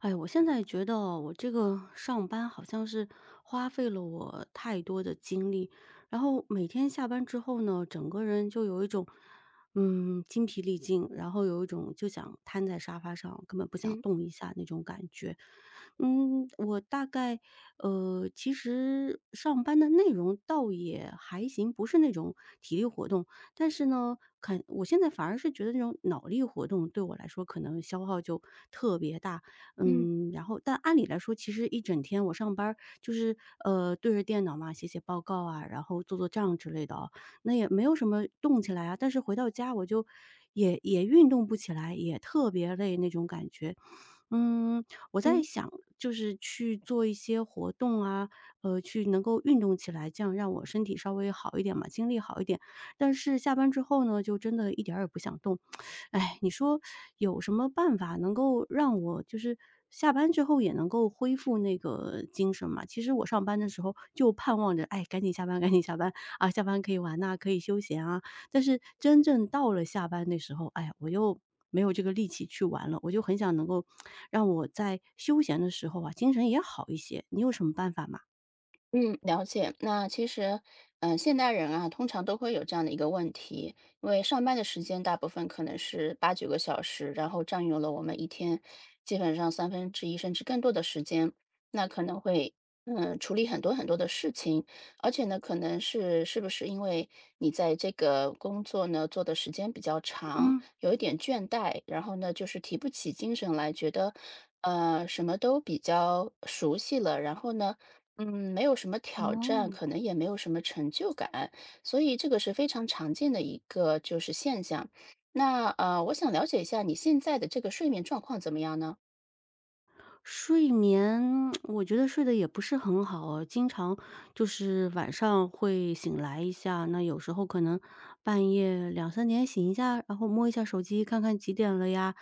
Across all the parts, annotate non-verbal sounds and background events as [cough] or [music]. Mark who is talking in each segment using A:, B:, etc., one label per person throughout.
A: 哎，我现在觉得我这个上班好像是花费了我太多的精力，然后每天下班之后呢，整个人就有一种，精疲力尽，然后有一种就想瘫在沙发上，根本不想
B: 嗯
A: 动一下那种感觉。嗯，我大概其实上班的内容倒也还行，不是那种体力活动，但是呢，看我现在反而是觉得那种脑力活动对我来说可能消耗就特别大。
B: 嗯
A: 嗯，然后但按理来说，其实一整天我上班儿就是，对着电脑嘛，写写报告啊，然后做做账之类的啊，那也没有什么动起来啊。但是回到家我就也运动不起来，也特别累那种感觉。嗯，我在
B: 嗯。
A: 想，就是去做一些活动啊，去能够运动起来，这样让我身体稍微好一点嘛，精力好一点。但是下班之后呢，就真的一点儿也不想动。哎，你说有什么办法能够让我就是下班之后也能够恢复那个精神嘛？其实我上班的时候就盼望着，哎，赶紧下班，赶紧下班啊，下班可以玩呐、可以休闲啊。但是真正到了下班的时候，哎呀，我又没有这个力气去玩了。我就很想能够 [sniffs] 让我在休闲的时候啊，精神也好一些。你有什么办法吗？
B: 嗯，了解。那其实，现代人啊，通常都会有这样的一个问题。因为上班的时间大部分可能是八九个小时，然后占用了我们一天基本上三分之一甚至更多的时间，那可能会处理很多很多的事情。而且呢，可能是不是因为你在这个工作呢做的时间比较长，
A: 嗯。
B: 有一点倦怠，然后呢就是提不起精神来，觉得什么都比较熟悉了，然后呢，嗯，没有什么挑战，
A: 哦，
B: 可能也没有什么成就感，所以这个是非常常见的一个就是现象。那我想了解一下你现在的这个睡眠状况怎么样呢？
A: 睡眠，[smacks lips] 我觉得睡得也不是很好哦，经常就是晚上会醒来一下，那有时候可能半夜两三点醒一下，然后摸一下手机看看几点了呀，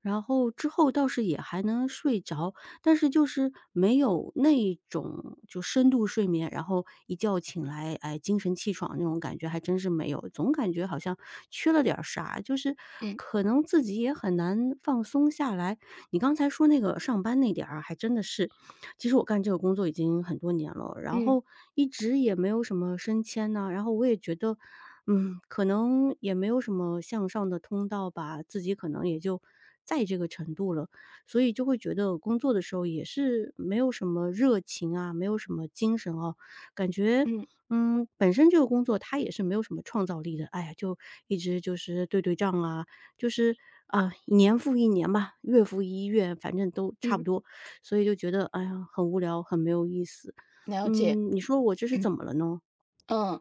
A: 然后之后倒是也还能睡着，但是就是没有那一种就深度睡眠，然后一觉醒来，哎，精神气爽那种感觉还真是没有，总感觉好像缺了点儿啥，就是
B: 嗯
A: 可能自己也很难放松下来。你刚才说那个上班那点儿啊，还真的是，其实我干这个工作已经很多年了，然
B: 嗯
A: 后一直也没有什么升迁呢，然后我也觉得，嗯，可能也没有什么向上的通道吧，自己可能也就在这个程度了，所以就会觉得工作的时候也是没有什么热情啊，没有什么精神哦，感觉。
B: 嗯
A: 嗯，本身这个工作它也是没有什么创造力的，哎呀，就一直就是对账啊，就是，啊，年复一年吧，月复一月，反正都差
B: 嗯，
A: 不多，所以就觉得，哎呀，很无聊，很没有意思。
B: 了解。
A: 嗯，你说我这是怎么了呢？
B: 嗯，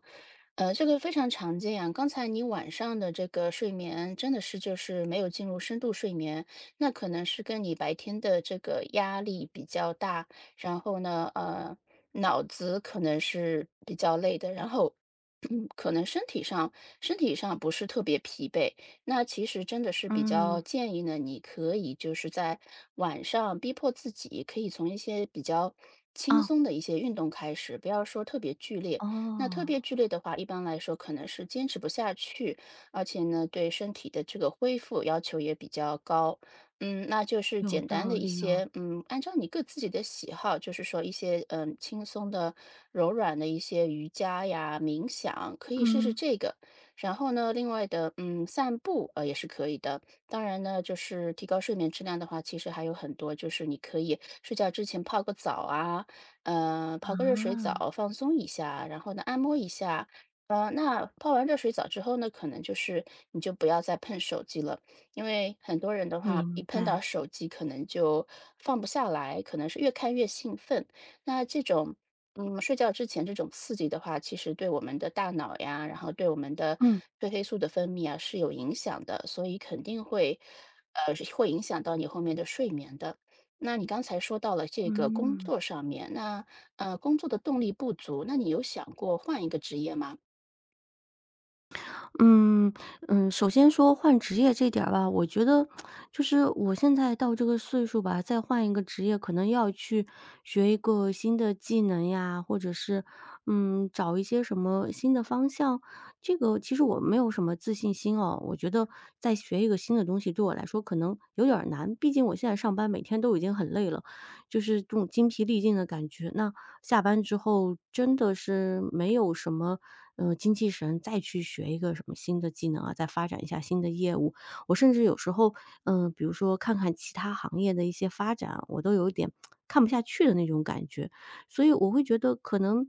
B: 这个非常常见啊。刚才你晚上的这个睡眠真的是就是没有进入深度睡眠，那可能是跟你白天的这个压力比较大，然后呢，脑子可能是比较累的，然后 [clears throat] 可能身体上不是特别疲惫。那其实真的是比较
A: 嗯，
B: 建议呢，你可以就是在晚上逼迫自己，可以从一些比较轻
A: 啊，
B: 松的一些运动开始，不要说特别剧烈。那特
A: 哦，
B: 别剧烈的话，一般来说可能是坚持不下去，而且呢，对身体的这个恢复要求也比较高。嗯，那就是
A: 有
B: 简单
A: 道
B: 的一
A: 理哦，
B: 些，按照你个自己的喜好，就是说一些轻松的、柔软的一些瑜伽呀、冥想，可以试试
A: 嗯，
B: 这个。然后呢，另外的，散步也是可以的。当然呢，就是提高睡眠质量的话，其实还有很多，就是你可以睡觉之前泡个澡啊，
A: 啊，
B: 泡个热水澡放松一下，然后呢，按摩一下。那泡完热水澡之后呢，可能就是你就不要再碰手机了。因为很多人的话，一
A: 明
B: 碰
A: 白，
B: 到手机可能就放不下来，可能是越看越兴奋。那这种，睡觉之前这种刺激的话，其实对我们的大脑呀，然后对我们的
A: 嗯，
B: 褪黑素的分泌啊是有影响的，所以肯定会，是会影响到你后面的睡眠的。那你刚才说到了这个工
A: 嗯。
B: 作上面，那工作的动力不足，那你有想过换一个职业吗？
A: 嗯嗯，首先说换职业这点儿吧，我觉得就是我现在到这个岁数吧，再换一个职业，可能要去学一个新的技能呀，或者是找一些什么新的方向。这个其实我没有什么自信心哦，我觉得再学一个新的东西对我来说可能有点儿难，毕竟我现在上班每天都已经很累了，就是这种精疲力尽的感觉。那下班之后真的是没有什么，精气神再去学一个什么新的技能啊，再发展一下新的业务。我甚至有时候，嗯、比如说看看其他行业的一些发展，我都有一点看不下去的那种感觉。所以我会觉得可能，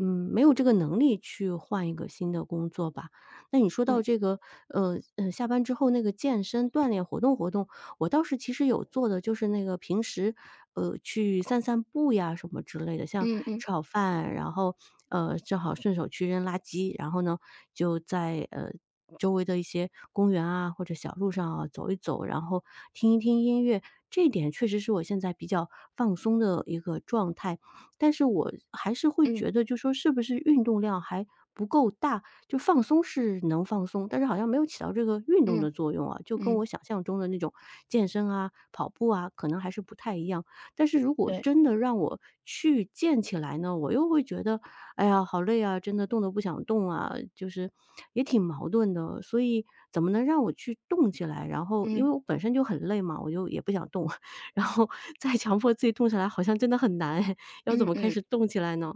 A: 嗯，没有这个能力去换一个新的工作吧。那你说到
B: 嗯
A: 这个，下班之后那个健身锻炼活动活动，我倒是其实有做的，就是那个平时，去散散步呀什么之类的，像
B: 嗯嗯
A: 吃好饭，然后，正好顺手去扔垃圾，然后呢，就在周围的一些公园啊或者小路上啊走一走，然后听一听音乐。这一点确实是我现在比较放松的一个状态，但是我还是会
B: 嗯
A: 觉得，就说是不是运动量还不够大，就放松是能放松，但是好像没有起到这个运动
B: 嗯
A: 的作用啊，就跟
B: 嗯，
A: 我想象中的那种健身啊、跑步啊，可能还是不太一样。但是如果
B: 对，
A: 真的让我去健起来呢，我又会觉得，哎呀，好累啊，真的动都不想动啊，就是也挺矛盾的。所以怎么能让我去动起来？然后因
B: 嗯
A: 为我本身就很累嘛，我就也不想动，[laughs] 然后再强迫自己动起来，好像真的很难哎 [laughs] 要
B: 嗯
A: 怎
B: 嗯
A: 么开
B: 嗯
A: 始动起来呢？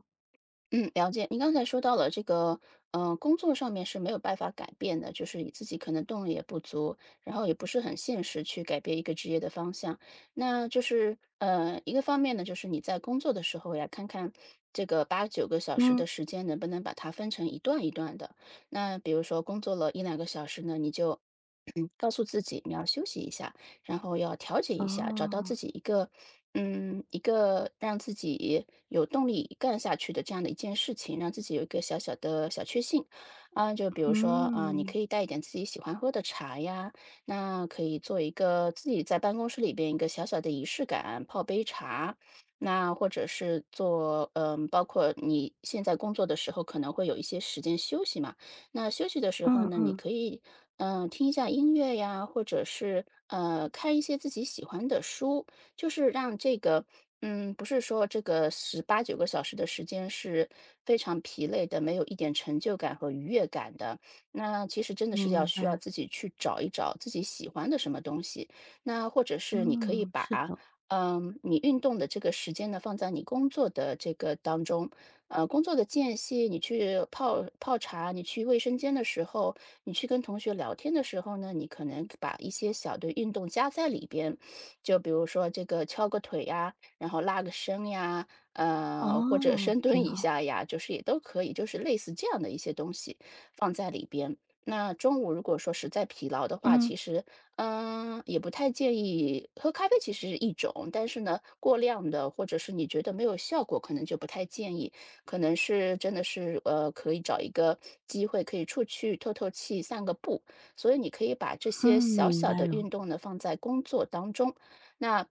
B: 嗯，了解。您刚才说到了这个，工作上面是没有办法改变的，就是你自己可能动力也不足，然后也不是很现实去改变一个职业的方向。那就是，一个方面呢，就是你在工作的时候呀，看看这个八九个小时
A: 嗯，
B: 的时间能不能把它分成一段一段的。那比如说工作了一两个小时呢，你就 [clears throat]，告诉自己你要休息一下，然后要调节一下，找到自
A: 哦，
B: 己一个，一个让自己有动力干下去的这样的一件事情，让自己有一个小小的小确幸。啊，就比如说，啊，你
A: 嗯。
B: 可以带一点自己喜欢喝的茶呀，那可以做一个自己在办公室里边一个小小的仪式感，泡杯茶。那或者是做，包括你现在工作的时候可能会有一些时间休息嘛，那休息的时候
A: 嗯
B: 呢，你
A: 嗯。
B: 可以听一下音乐呀，或者是看一些自己喜欢的书，就是让这个不是说这个十八九个小时的时间是非常疲累的，没有一点成就感和愉悦感的。那其实真的是要
A: 明
B: 需要
A: 白，
B: 自己去找一找自己喜欢的什么东西。那或者是你可以
A: 嗯，是
B: 把。
A: 的，
B: 你运动的这个时间呢，放在你工作的这个当中，工作的间隙，你去泡泡茶，你去卫生间的时候，你去跟同学聊天的时候呢，你可能把一些小的运动加在里边，就比如说这个敲个腿呀，然后拉个伸呀，或者
A: 哦，
B: 深蹲
A: 挺
B: 一
A: 好。
B: 下呀，就是也都可以，就是类似这样的一些东西放在里边。那中午如果说实在疲劳的话，其
A: 嗯，
B: 实，也不太建议喝咖啡。其实是一种，但是呢，过量的或者是你觉得没有效果，可能就不太建议。可能是真的是可以找一个机会可以出去透透气、散个步。所以你可以把这些
A: 嗯，
B: 小
A: 明
B: 小
A: 白
B: 的
A: 了。
B: 运动呢放在工作当中，那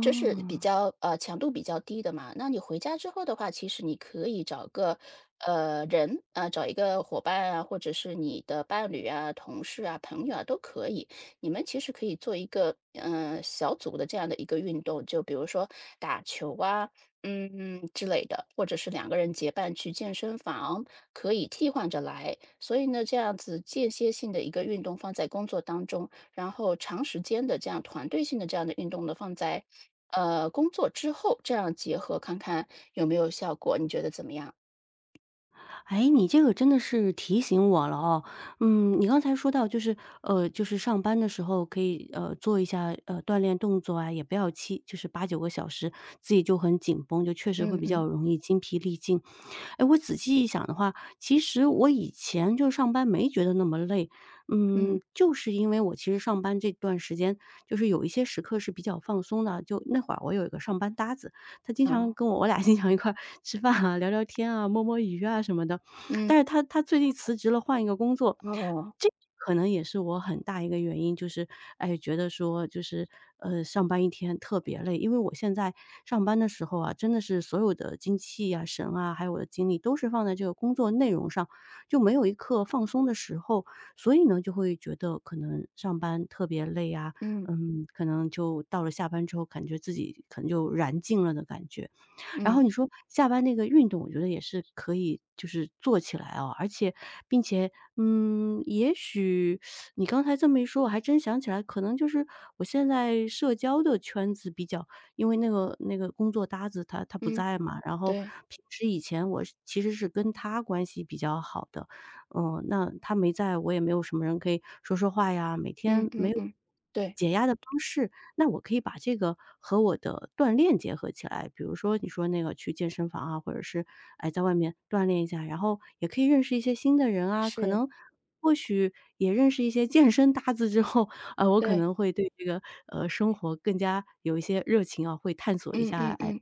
B: 这是比较强度比较低的嘛。那你回家之后的话，其实你可以找个人啊、找一个伙伴啊，或者是你的伴侣啊、同事啊、朋友啊都可以。你们其实可以做一个小组的这样的一个运动，就比如说打球啊，之类的，或者是两个人结伴去健身房，可以替换着来。所以呢，这样子间歇性的一个运动放在工作当中，然后长时间的这样团队性的这样的运动呢，放在工作之后，这样结合看看有没有效果，你觉得怎么样？
A: 哎，你这个真的是提醒我了哦。嗯，你刚才说到就是，就是上班的时候可以，做一下，锻炼动作啊，也不要七就是八九个小时，自己就很紧绷，就确实会
B: 嗯
A: 比
B: 嗯
A: 较容易筋疲力尽。哎，我仔细一想的话，其实我以前就上班没觉得那么累，
B: 嗯
A: 嗯，就是因为我其实上班这段时间，就是有一些时刻是比较放松的。就那会儿我有一个上班搭子，他经
B: 哦
A: 常跟我，我俩经常一块儿吃饭啊、聊聊天啊、摸摸鱼啊什么的。
B: 嗯
A: 但是他最近辞职了，换一个工作，
B: 哦
A: 这可能也是我很大一个原因，就是，哎，觉得说就是，上班一天特别累。因为我现在上班的时候啊，真的是所有的精气啊、神啊，还有我的精力都是放在这个工作内容上，就没有一刻放松的时候。所以呢，就会觉得可能上班特别累啊，
B: 嗯
A: 嗯，可能就到了下班之后，感觉自己可能就燃尽了的感觉。然
B: 嗯
A: 后你说下班那个运动，我觉得也是可以就是做起来哦。而且并且，嗯，也许你刚才这么一说，我还真想起来，可能就是我现在社交的圈子比较因为那个工作搭子他不
B: 嗯
A: 在嘛，然后
B: 对
A: 平时以前我是其实是跟他关系比较好的，嗯，那他没在，我也没有什么人可以说说话呀，每
B: 嗯
A: 天
B: 嗯
A: 没有
B: 嗯对
A: 解压的方式，那我可以把这个和我的锻炼结合起来，比如说你说那个去健身房啊，或者是，哎，在外面锻炼一下，然后也可以认识一些新的人啊，可
B: 是
A: 能或许也认识一些健身搭子之后，我可
B: 对
A: 能会对这个，生活更加有一些热情啊，会探索一
B: 嗯
A: 下，
B: 嗯
A: 哎，
B: 嗯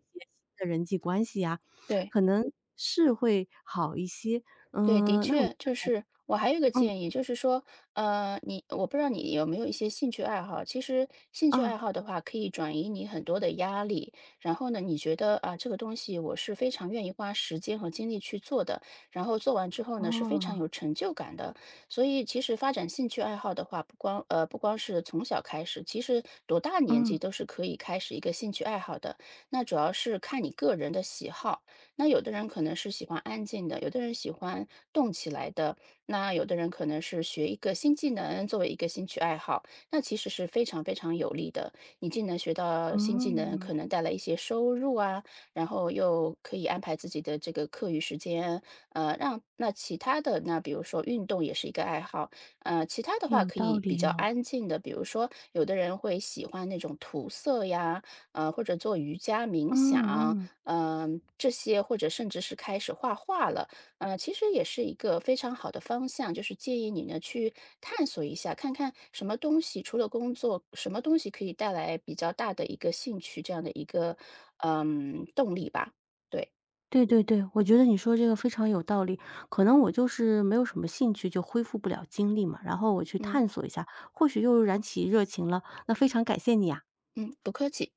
A: 的人际关系呀，
B: 对。
A: 可能是会好一些。
B: 对，的
A: 嗯，那我觉
B: 确，就
A: 得
B: 是我还有一个
A: 嗯，
B: 建议，就是说，我不知道你有没有一些兴趣爱好。其实兴趣爱
A: 啊，
B: 好的话，可以转移你很多的压力。然后呢，你觉得啊，这个东西我是非常愿意花时间和精力去做的，然后做完之后呢，是非常
A: 哦，
B: 有成就感的。所以，其实发展兴趣爱好的话，不光呃不光是从小开始，其实多大年纪
A: 嗯，
B: 都是可以开始一个兴趣爱好的。那主要是看你个人的喜好。那有的人可能是喜欢安静的，有的人喜欢动起来的，那有的人可能是学一个新技能作为一个兴趣爱好，那其实是非常非常有利的。你既能学到新技能，可
A: 嗯，
B: 能带来一些收入啊，然后又可以安排自己的这个课余时间，让那其他的那比如说运动也是一个爱好，其他的话
A: 有
B: 可
A: 道
B: 以比
A: 理
B: 较
A: 哦，
B: 安静的，比如说有的人会喜欢那种涂色呀，或者做瑜伽冥
A: 嗯
B: 想。
A: 嗯。
B: 这些或者甚至是开始画画了，其实也是一个非常好的方向，就是建议你呢去探索一下，看看什么东西除了工作，什么东西可以带来比较大的一个兴趣这样的一个动力吧。对，
A: 对对对，我觉得你说这个非常有道理。可能我就是没有什么兴趣，就恢复不了精力嘛，然后我去
B: 嗯
A: 探索一下，或许又燃起热情了。那非常感谢你啊。
B: 嗯，不客气。